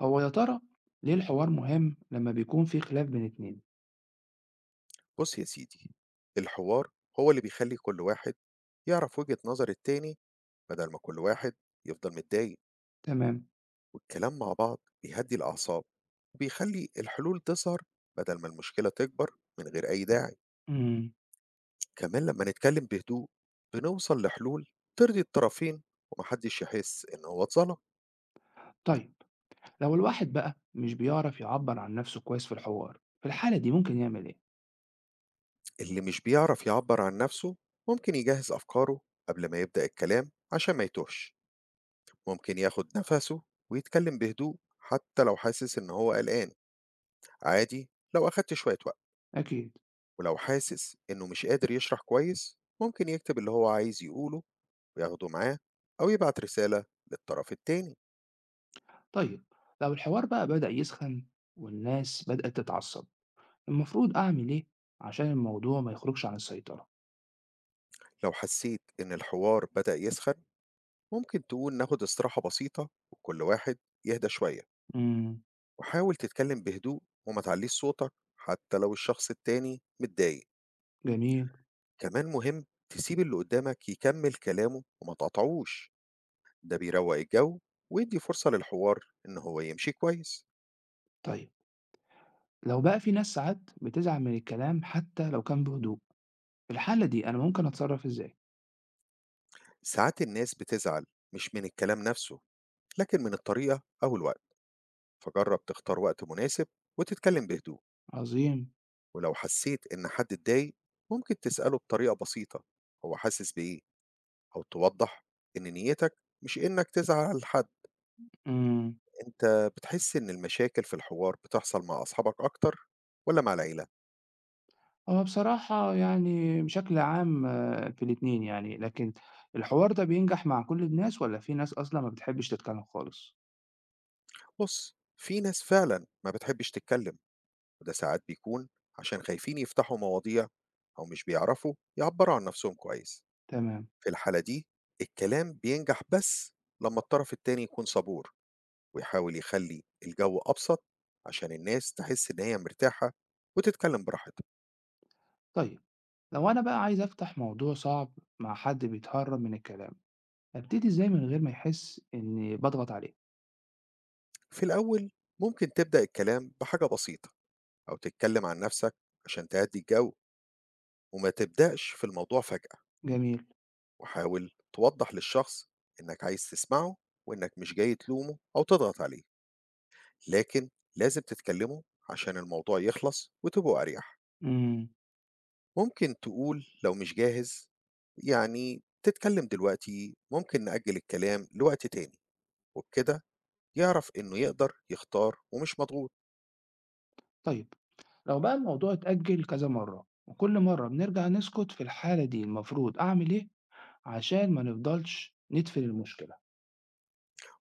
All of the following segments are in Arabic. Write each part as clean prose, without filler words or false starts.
هو يا ترى ليه الحوار مهم لما بيكون في خلاف بين اتنين؟ بُص يا سيدي، الحوار هو اللي بيخلّي كل واحد يعرف وجهة نظر التاني بدل ما كل واحد يفضل متضايق، تمام. والكلام مع بعض بيهدّي الأعصاب، وبيخلّي الحلول تظهر بدل ما المشكلة تكبر من غير أي داعي. امم كمان لمّا نتكلم بهدوء بنوصل لحلول ترضي الطرفين وما حدّش يحس إن هو اتظلم. طيب، لو الواحد بقى مش بيعرف يعبر عن نفسه كويس في الحوار في الحالة دي ممكن يعمل ايه؟ اللي مش بيعرف يعبّر عن نَفْسه ممكن يجهّز أفكاره قبل ما يبدأ الكلام عشان ما يتوهش. ممكن ياخد نفسه ويتكلم بهدوء حتى لو حاسس إن هو قلقان، عادي لو أخدت شوية وقت. أكيد. ولو حاسس إنه مش قادر يشرح كويس ممكن يكتب اللي هو عايز يقوله وياخده معاه، أو يبعت رسالة للطرف التاني. طيب، لو الحوار بقى بدأ يسخن والناس بدأت تتعصب المفروض أعمل ايه عشان الموضوع ما يخرجش عن السيطرة؟ لو حسيت إن الحوار بدأ يسخن ممكن تقول ناخد استراحة بسيطة وكل واحد يهدى شوية، امم. وحاول تتكلم بهدوء وما تعليش صوتك حتى لو الشخص التاني متضايق. جميل. كمان مهم تسيب اللي قدامك يكمل كلامه وما تقطعوش، ده بيروّق الجو ويدّي فرصة للحوار إن هو يمشي كويس. طيب، لو بقى في ناس ساعات بتزعل من الكلام حتى لو كان بهدوء في الحالة دي أنا ممكن أتصرف ازاي؟ ساعات الناس بتزعل مش من الكلام نفسه، لكن من الطريقة أو الوقت، فجرّب تختار وقت مناسب وتتكلم بهدوء، عظيم. ولو حسيت إن حد اتضايق ممكن تسأله بطريقة بسيطة هو حاسس بإيه، أو توضّح إن نيتك مش إنك تزعل على حد. امم. أنت بتحس إن المشاكل في الحوار بتحصل مع أصحابك أكتر والّا مع العيلة؟ هو بصراحة بشكل عام آه، في الاتنين، لكن الحوار ده بينجح مع كل الناس والّا في ناس أصلًا ما بتحبش تتكلم خالص؟ بُص، في ناس فعلًا ما بتحبش تتكلم. وده ساعات بيكون عشان خايفين يفتحوا مواضيع أو مش بيعرفوا يعبروا عن نفسهم كويس. تمام. في الحالة دي الكلام بينجح بس لما الطرف التاني يكون صبور ويحاول يخلي الجو أبسط عشان الناس تحس إن هي مرتاحة وتتكلم براحتها. طيب، لو أنا بقى عايز أفتح موضوع صعب مع حد بيتهرب من الكلام، أبتدي إزاي من غير ما يحس إني باضغط عليه؟ في الأول ممكن تبدأ الكلام بحاجة بسيطة أو تتكلم عن نفسك عشان تهدي الجو وما تبدأش في الموضوع فجأة. جميل. وحاول توضح للشخص إنك عايز تسمعه وإنك مش جاي تلومه أو تضغط عليه، لكن لازم تتكلموا عشان الموضوع يخلص وتبقوا أريح. إمم. ممكن تقول لو مش جاهز يعني تتكلم دلوقتي ممكن نأجل الكلام لوقت تاني، وبكده يعرف إنه يقدر يختار ومش مضغوط. طيب، لو بقى الموضوع اتأجل كذا مرة وكل مرة بنرجع نسكت في الحالة دي، المفروض أعمل إيه عشان ما نفضلش ندفن المشكلة؟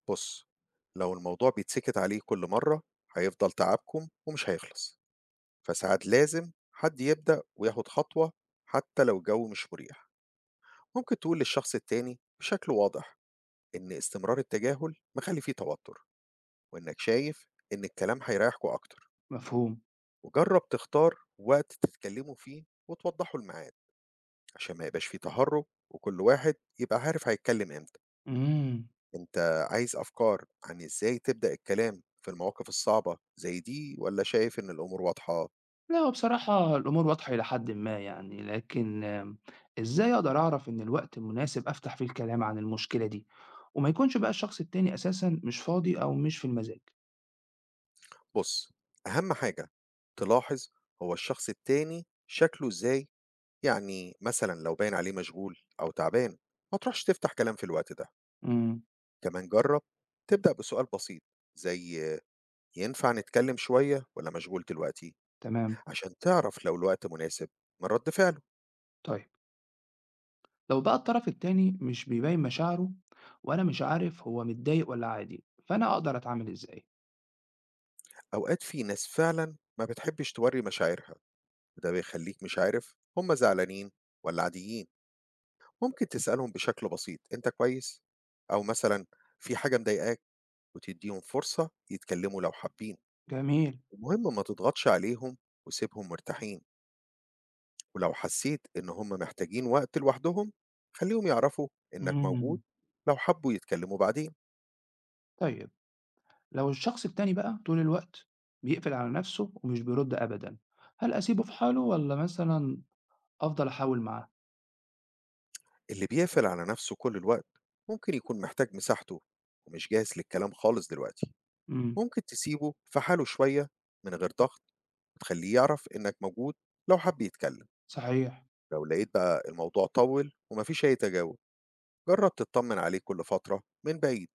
بص، لو الموضوع بيتسكت عليه كل مرة هيفضل تعبكم ومش هيخلص، فساعات لازم حد يبدأ وياخد خطوة حتى لو الجو مش مريح. ممكن تقول للشخص التاني بشكل واضح إن استمرار التجاهل مخلي فيه توتر، وإنك شايف إن الكلام هيريحكم أكتر. مفهوم. وجرب تختار وقت تتكلموا فيه وتوضحوا الميعاد عشان ما يبقاش فيه تهرب وكل واحد يبقى عارف هيتكلم امتى. إمم. انت عايز أفكار عن إزاي تبدأ الكلام في المواقف الصعبة زي دي ولا شايف إن الأمور واضحة؟ لأ، هو بصراحة الأمور واضحة إلى حدٍ ما، لكن إزاي أقدر أعرف إن الوقت المناسب أفتح فيه الكلام عن المشكلة دي، وما يكونش بقى الشخص التاني أساسًا مش فاضي أو مش في المزاج؟ بص، أهم حاجة تلاحظ هو الشخص التاني شكله إزاي، يعني مثلا لو باين عليه مشغول أو تعبان ما تروحش تفتح كلام في الوقت ده. إمم. كمان جرب تبدأ بسؤال بسيط زي ينفع نتكلم شوية ولا مشغول دلوقتي؟ تمام. عشان تعرف لو الوقت مناسب من رد فعله. طيب، لو بقى الطرف التاني مش بيبين مشاعره وأنا مش عارف هو متضايق والّا عادي، فأنا أقدر أتعامل إزاي؟ أوقات في ناس فعلا ما بتحبش توري مشاعرها وده بيخليك مش عارف هم زعلانين ولا عاديين. ممكن تسألهم بشكل بسيط أنت كويس؟ أو مثلا في حاجة مضايقاك، وتديهم فرصة يتكلموا لو حابين. جميل. المهم ما تضغطش عليهم وسيبهم مرتاحين، ولو حسيت إن هم محتاجين وقت لوحدهم خليهم يعرفوا إنك موجود إمم. لو حبوا يتكلموا بعدين. طيب، لو الشخص التاني بقى طول الوقت بيقفل على نفسه ومش بيرد أبدًا، هل أسيبه في حاله والّا مثلًا أفضل أحاول معاه؟ اللي بيقفل على نفسه كل الوقت ممكن يكون محتاج مساحته ومش جاهز للكلام خالص دلوقتي. إمم. ممكن تسيبه في حاله شوية من غير ضغط وتخليه يعرف إنك موجود لو حب يتكلم. صحيح. لو لقيت بقى الموضوع طول ومفيش أي تجاوب، جرب تطمن عليه كل فترة من بعيد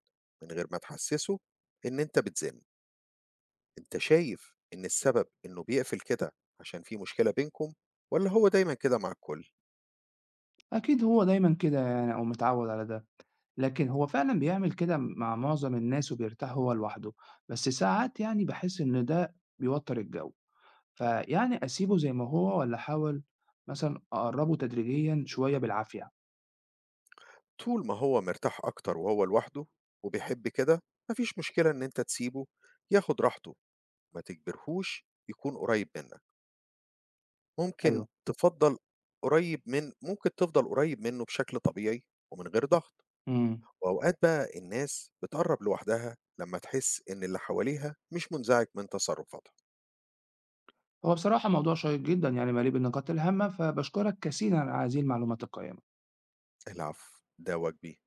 من غير ما تحسسه إن أنت بتزن. أنت شايف إن السبب إنه بيقفل كده عشان في مشكلة بينكم ولا هو دايما كده مع الكل؟ أكيد هو دايمًا كده، أو متعوّد على ده. لكن هو فعلًا بيعمل كده مع معظم الناس وبيرتاح هو لوحده، بس ساعات باحس إن ده بيوتّر الجَو. فيعني أسيبه زي ما هو والّا أحاول مثلًا أقرّبه تدريجيًا شوية بالعافية؟ طول ما هو مرتاح أكتر وهو لوحده وبيحب كده مفيش مشكلة إن أنت تسيبه ياخد راحته، ما تجبرهوش يكون قريب منك. ممكن أيوه. تفضل قريب منه بشكل طبيعي ومن غير ضغط. إمم. وأوقات بقى الناس بتقرب لوحدها لما تحس إن اللي حواليها مش منزعج من تصرفاتها. هو بصراحة موضوع شيّق جدًا، مليء بالنقاط الهامة، فباشكرك كثيرًا على هذه المعلومات القيّمة. العفو، ده واجبي.